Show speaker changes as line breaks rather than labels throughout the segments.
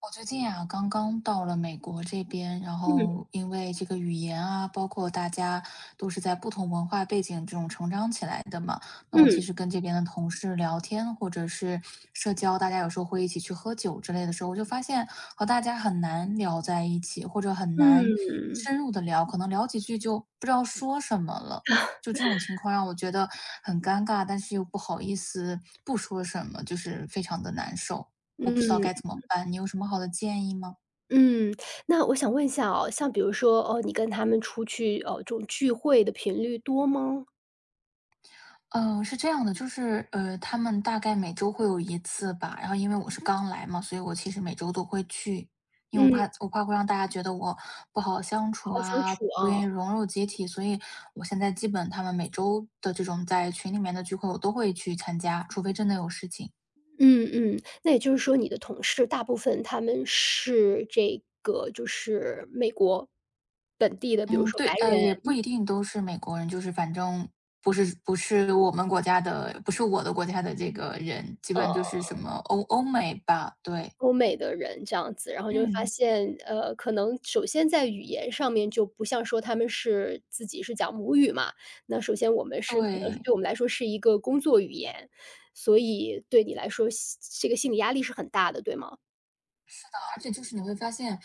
我最近啊，刚刚到了美国这边，然
嗯
后因为这个语言啊，包括大家都是在不同文化背景这种成长起来的嘛，那我其
嗯
实跟这边的同事聊天，或者是社交，大家有时候会一起去喝酒之类的时候，我就发现和大家很难聊在一起，或者很难
嗯。
深入的聊，可能聊几句就不知道说什么了。就这 种情况让我觉得很尴尬，但是又不好意思不说什么，就是非常的难受。我不知道
嗯
该怎么办，你有什么好的建议吗？
嗯，嗯那我想问一下哦，像比如说，你跟他们出去，这种聚会的频率多吗？
嗯，是这样的，就是他们大概每周会有一次吧。然后因为我是刚来嘛，所以我其实每周都会去，因为我
嗯，
怕我怕会让大家觉得我不好相
不
处
好相
啊，
处
不愿
啊。
意融入集体，所以我现在基本他们每周的这种在群里面的聚会，我都会去参加，除非真的有事情。
嗯嗯，那也就是说你的同事大部分他们是这个就是美国本地的，比如
嗯，
说
对，
白人，
也不一定都是美国人，就是反正不是我们国家的，不是我的国家的这个人，基
呃
本就是什么欧美吧，对。
欧美的人这样子，然后就会发
嗯。
现，呃，可能首先在语言上面就不像说他们是自己是讲母语嘛，那首先我们是可能是
对，
对我们来说是一个工作语言，所以对你来说这个心理压力是很大的，对吗？
而且就是你会发现，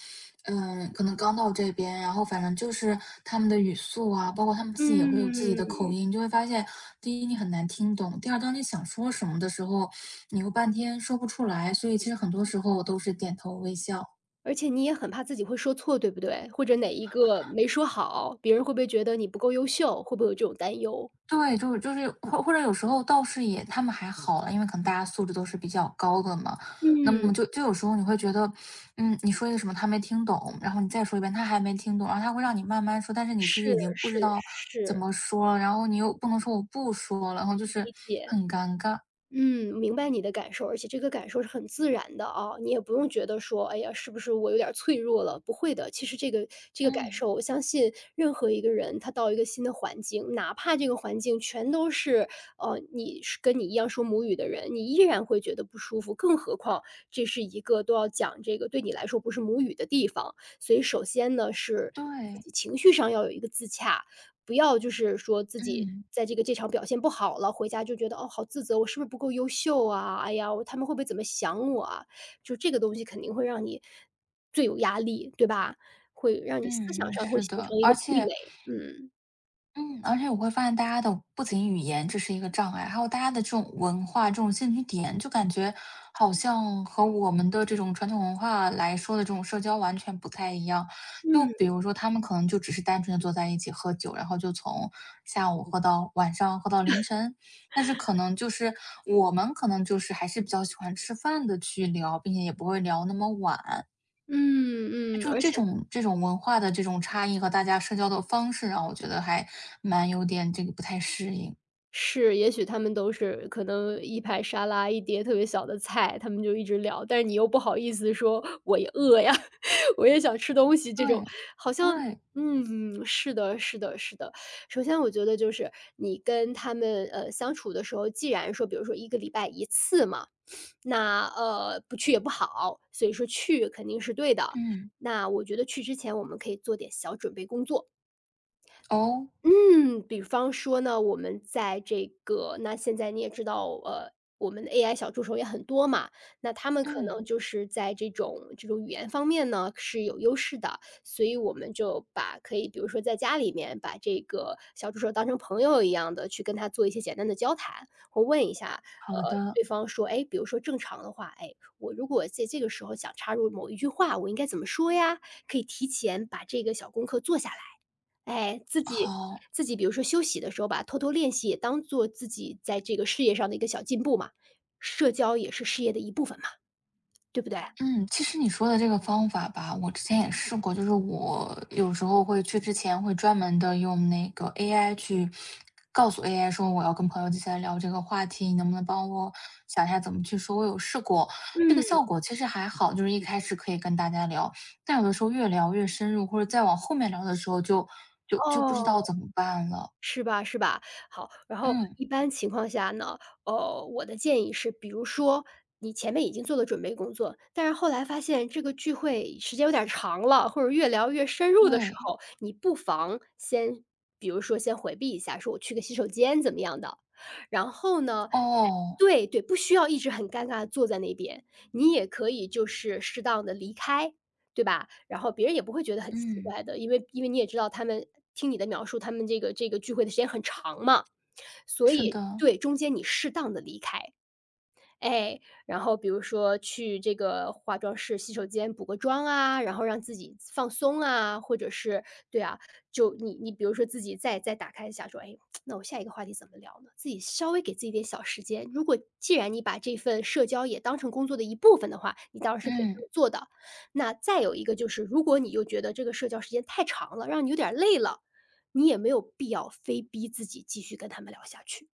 嗯，可能刚到这边，然后反正就是他们的语速啊，包括他们自己也会有自己的口
嗯，
音，你就会发现，第一你很难听懂，第二当你想说什么的时候，你又半天说不出来，所以其实很多时候都是点头微笑。
而且你也很怕自己会说错，对不对？或者哪一个没说好，别人会不会觉得你不够优秀？会不会有这种担忧？
对，或者有时候倒是也他们还好了，因为可能大家素质都是比较高的嘛。那
嗯，
么就有时候你会觉得，嗯，你说一个什么他没听懂，然后你再说一遍他还没听懂，然后他会让你慢慢说，但是你其实
是
已经不知
是
道怎
是，
么说了，然后你又不能说我不说了，然后就是
理解。
很尴尬。
嗯，明白你的感受，而且这个感受是很自然的啊，你也不用觉得说，哎呀，是不是我有点儿脆弱了？不会的，其实这个感
嗯，
受，我相信任何一个人，他到一个新的环境，哪怕这个环境全都是，呃，你是跟你一样说母语的人，你依然会觉得不舒服，更何况这是一个都要讲这个对你来说不是母语的地方。所以首先呢，是自
对，
己情绪上要有一个自洽，不要就是说自己
嗯，
在这个这场表现不好了，回家就觉得哦，好自责，我是不是不够优秀啊？哎呀，我他们会不会怎么想我啊？就这个东西肯定会让你最有压力，对吧？会让你思想
嗯，
上会
是
形
的，
成一
而
个壁
且
垒，
嗯，而且我会发现大家的不仅语言这是一个障碍，还有大家的这种文化、这种兴趣点，就感觉好像和我们的这种传统文化来说的这种社交完全不太一样。就比
嗯
如说，他们可能就只是单纯的坐在一起喝酒，然后就从下午喝到晚上，喝到凌晨。但是可能就是我们可能就是还是比较喜欢吃饭的去聊，并且也不会聊那么晚。
嗯。
就
而
这
且
种这种文化的这种差异和大家社交的方式让我觉得还蛮有点这个不太适应。
是，也许他们都是可能一排沙拉，一碟特别小的菜，他们就一直聊，但是你又不好意思说"我也饿呀，我也想吃东西"这种，
对，
好像
对，
嗯，是的是的是的。首先我觉得就是你跟他们，呃，相处的时候，既然说比如说一个礼拜一次嘛，那，呃，不去也不好，所以说去肯定是对的。
嗯，
那我觉得去之前我们可以做点小准备工作。
哦，
嗯，比方说呢，我们在这个那现在你也知道，呃，我们的 AI 小助手也很多嘛，那他们可
嗯，
能就是在这种这种语言方面呢是有优势的，所以我们就把可以比如说在家里面把这个小助手当成朋友一样的去跟他做一些简单的交谈，或问一下，呃，
好的，
对方说，哎，比如说正常的话，哎，我如果在这个时候想插入某一句话，我应该怎么说呀？可以提前把这个小功课做下来。哎，自己
好。
自己比如说休息的时候把偷偷练习也当做自己在这个事业上的一个小进步嘛，社交也是事业的一部分嘛，对不对？
嗯，其实你说的这个方法吧，我之前也试过，就是我有时候会去之前会专门的用那个 AI 去告诉 AI 说我要跟朋友接下来聊这个话题，你能不能帮我想一下怎么去说？我有试过，这个
嗯，
效果其实还好，就是一开始可以跟大家聊，但有的时候越聊越深入，或者再往后面聊的时候就不知
哦。
道怎么办了。
是吧是吧？好，然后
嗯，
一般情况下呢，呃，我的建议是，比如说你前面已经做了准备工作，但是后来发现这个聚会时间有点儿长了，或者越聊越深入的时
对，
候，你不妨先，比如说先回避一下，说我去个洗手间怎么样的，然后呢。
哦，
对对，不需要一直很尴尬的坐在那边，你也可以就是适当的离开，对吧？然后别人也不会觉得很奇
嗯，
怪的，因为你也知道他们听你的描述，他们这个聚会的时间很长嘛，所
是
以
的，
对，中间你适当的离开。哎，然后比如说去这个化妆室、洗手间补个妆啊，然后让自己放松啊，或者是对啊，就你比如说自己再打开一下说，哎，那我下一个话题怎么聊呢？自己稍微给自己点小时间。如果既然你把这份社交也当成工作的一部分的话，你当然是可以这
嗯。
么做的。那再有一个就是，如果你又觉得这个社交时间太长了，让你有点儿累了，你也没有必要非逼自己继续跟他们聊下去。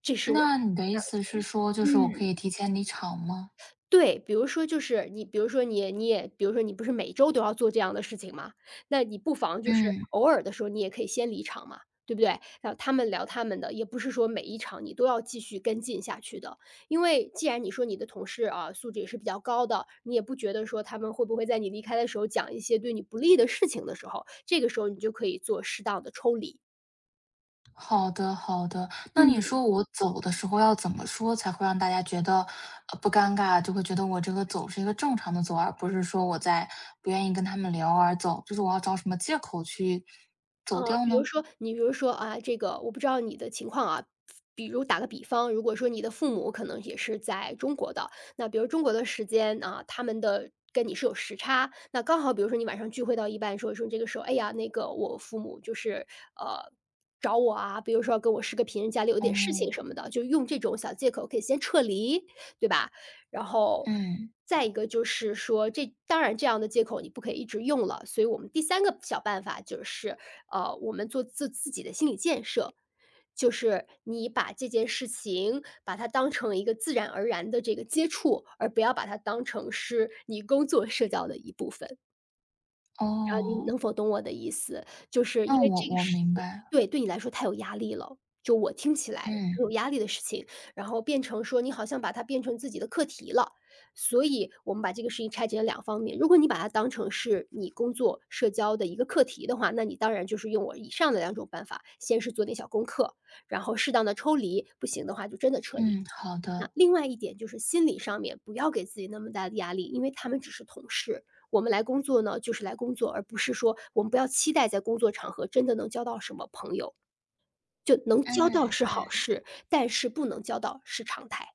这是我的
那你的
第
意
二个
思是
建议。
说，就是我可
嗯。
以提前离场吗？
对，比如说就是你比如说你也比如说你不是每周都要做这样的事情吗？那你不妨就是
嗯。
偶尔的时候，你也可以先离场嘛，对不对？然后他们聊他们的，也不是说每一场你都要继续跟进下去的。因为既然你说你的同事啊，素质也是比较高的，你也不觉得说他们会不会在你离开的时候讲一些对你不利的事情的时候，这个时候你就可以做适当的抽离。
好的好的，那你
嗯。
说我走的时候要怎么说才会让大家觉得，不尴尬，就会觉得我这个走是一个正常的走，而不是说我在不愿意跟他们聊而走，就是我要找什么借口去走
呃，
掉
比如
呢？
说你比如说啊，这个我不知道你的情况啊，比如打个比方，如果说你的父母可能也是在中国的，那比如中国的时间啊，他们的跟你是有时差，那刚好比如说你晚上聚会到一半，说这个时候，哎呀，那个我父母就是呃。找我啊，比如说跟我视个频，家里有点事
哦，
情什么的，就用这种小借口可以先撤离，对吧？然后
嗯。
再一个就是说，这当然这样的借口你不可以一直用了，所以我们第三个小办法就是呃，我们做自己的心理建设，就是你把这件事情把它当成一个自然而然的这个接触，而不要把它当成是你工作社交的一部分。然后道你
哦，
能否懂我的意思，就是因
那
为
我
这个
我
事
明
情
白了
对你来说太有压力了，就我听起来很有压力的事情，然后变成说你好像把它变成自己的课题了。所以我们把这个事情拆解了两方面，如果你把它当成是你工作社交的一个课题的话，那你当然就是用我以上的两种办法，先是做点小功课，然后适当的抽离，不行的话就真的撤离。那另外一点就是心理上面不要给自己那么大的压力，因为他们只是同事，我们来工作呢，就是来工作，而不是说我们不要期待在工作场合真的能交到什么朋友，就能
嗯
交嗯
嗯。
到是
好的嗯
好
嗯
事，但是不能交到是常态。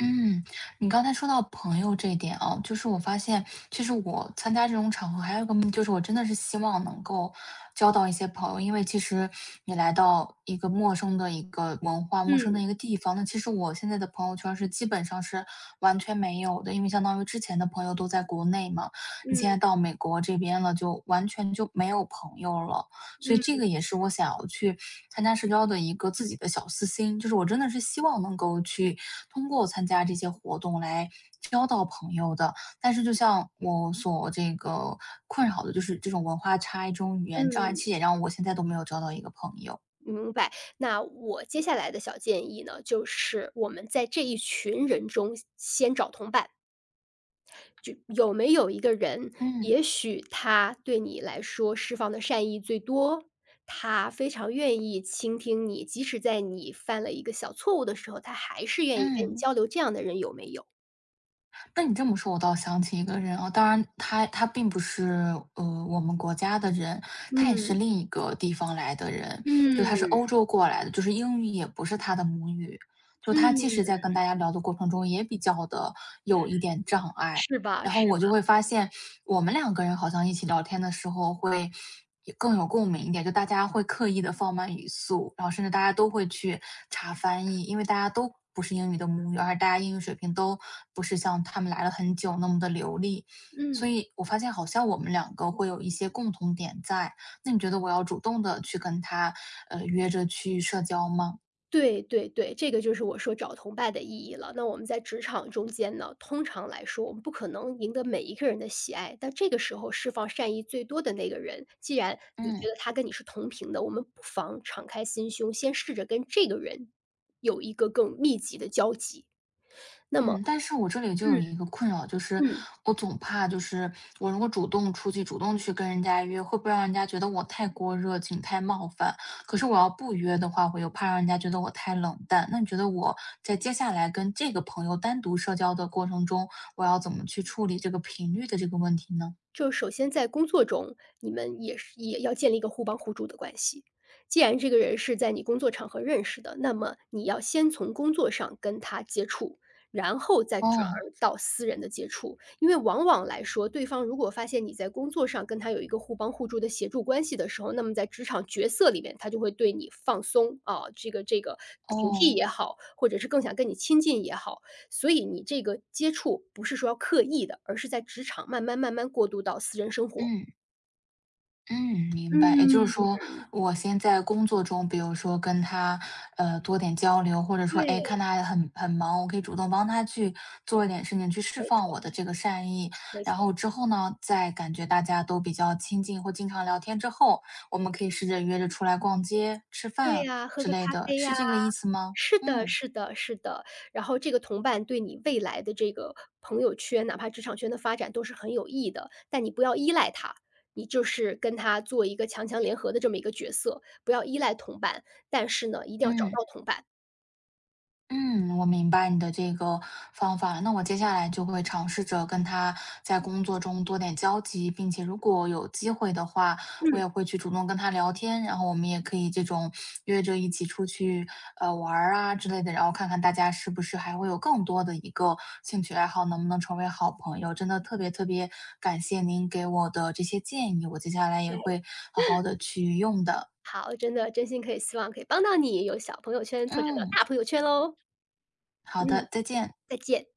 嗯，你刚才说到朋友这一点啊，就是我发现，其实我参加这种场合，还有一个目就是我真的是希望能够交到一些朋友。因为其实你来到一个陌生的一个文化、陌生
嗯
的一个地方，那其实我现在的朋友圈是基本上是完全没有的，因为相当于之前的朋友都在国内嘛，你现在
嗯
到美国这边了，就完全就没有朋友了。所以这
嗯
个也是我想要去参加社交的一个自己的小私心，就是我真的是希望能够去通过参加这些活动来交到朋友的。但是就像我所这个困扰的，就是这种文化差异、这种语言障碍，
嗯。
其实也让我现在都没有交到一个朋友。
明白，那我接下来的小建议呢，就是我们在这一群人中先找同伴。就有没有一个人，
嗯。
也许他对你来说释放的善意最多，他非常愿意倾听你，即使在你犯了一个小错误的时候，他还是愿意跟你
嗯，
交流，这样的人有没有？
那你这么说，我倒想起一个人啊，当然他并不是我们国家的人，他也是
嗯，
另一个地方来的人，就他是
嗯，
欧洲过来的，就是英语也不是他的母语，就
嗯，
他其实在跟大家聊的过程中也比较的有一点障碍。
是吧，
然后
是
我
吧，
就会发现，我们两个人好像一起聊天的时候会更有共鸣一点，就大家会刻意的放慢语速，然后甚至大家都会去查翻译，因为大家都不是英语的母语，而大家英语水平都不是像他们来了很久那么的流利。所
嗯。
以我发现好像我们两个会有一些共同点在，那你觉得我要主动的去跟他，约着去社交吗？
对对对，这个就是我说找同伴的意义了。那我们在职场中间呢，通常来说，我们不可能赢得每一个人的喜爱，但这个时候释放善意最多的那个人，既然你觉
嗯。
得他跟你是同频的，我们不妨敞开心胸，先试着跟这个人有一个更密集的交集。那么，
嗯，但是我这里就
嗯
有一个困扰，就是
嗯。
我总怕，就是我如果主动出去，主动去跟人家约，会不会让人家觉得我太过热情、太冒犯？可是我要不约的话，我又怕让人家觉得我太冷淡。那你觉得我在接下来跟这个朋友单独社交的过程中，我要怎么去处理这个频率的这个问题呢？
就首先在工作中，你们也是也要建立一个互帮互助的关系。既然这个人是在你工作场合认识的，那么你要先从工作上跟他接触，然后再转
哦
而到私人的接触。因为往往来说，对方如果发现你在工作上跟他有一个互帮互助的协助关系的时候，那么在职场角色里面，他就会对你放松啊，这个警惕
哦，
也好，或者是更想跟你亲近也好，所以你这个接触不是说要刻意的，而是在职场慢慢过渡到私人生活。
嗯。嗯，明白。也就是
嗯，
说，我先在工作中，比如说跟他，多点交流，或者说，哎，看
对，
他很忙，我可以主动帮他去做一点事情，去释
没
放
错，
我的这个善意。
没
然
错，
后之后呢，在感觉大家都比较亲近或经常聊天之后，我们可以试着约着出来逛街、吃
对
饭
呀，喝
之
个咖
类的，
啡
是
呀，
这个意思吗？
是的，
嗯
是的，是的。然后这个同伴对你未来的这个朋友圈，哪怕职场圈的发展都是很有益的，但你不要依赖他，你就是跟他做一个强强联合的这么一个角色，不要依赖同伴，但是呢，一定要找到
嗯。
同伴。
嗯，我明白你的这个方法了那我接下来就会尝试着跟他在工作中多点交集，并且如果有机会的话，我
嗯，
也会去主动跟他聊天。然后我们也可以这种约着一起出去玩儿啊之类的，然后看看大家是不是还会有更多的一个兴趣爱好，能不能成为好朋友。真的特别特别感谢您给我的这些建议，我接下来也
对，
会好好的去用的。
好，真的真心可以希望可以帮到你，有小朋友圈拓展到
嗯，
大朋友圈喽。
好
嗯，
的，再见。
再见。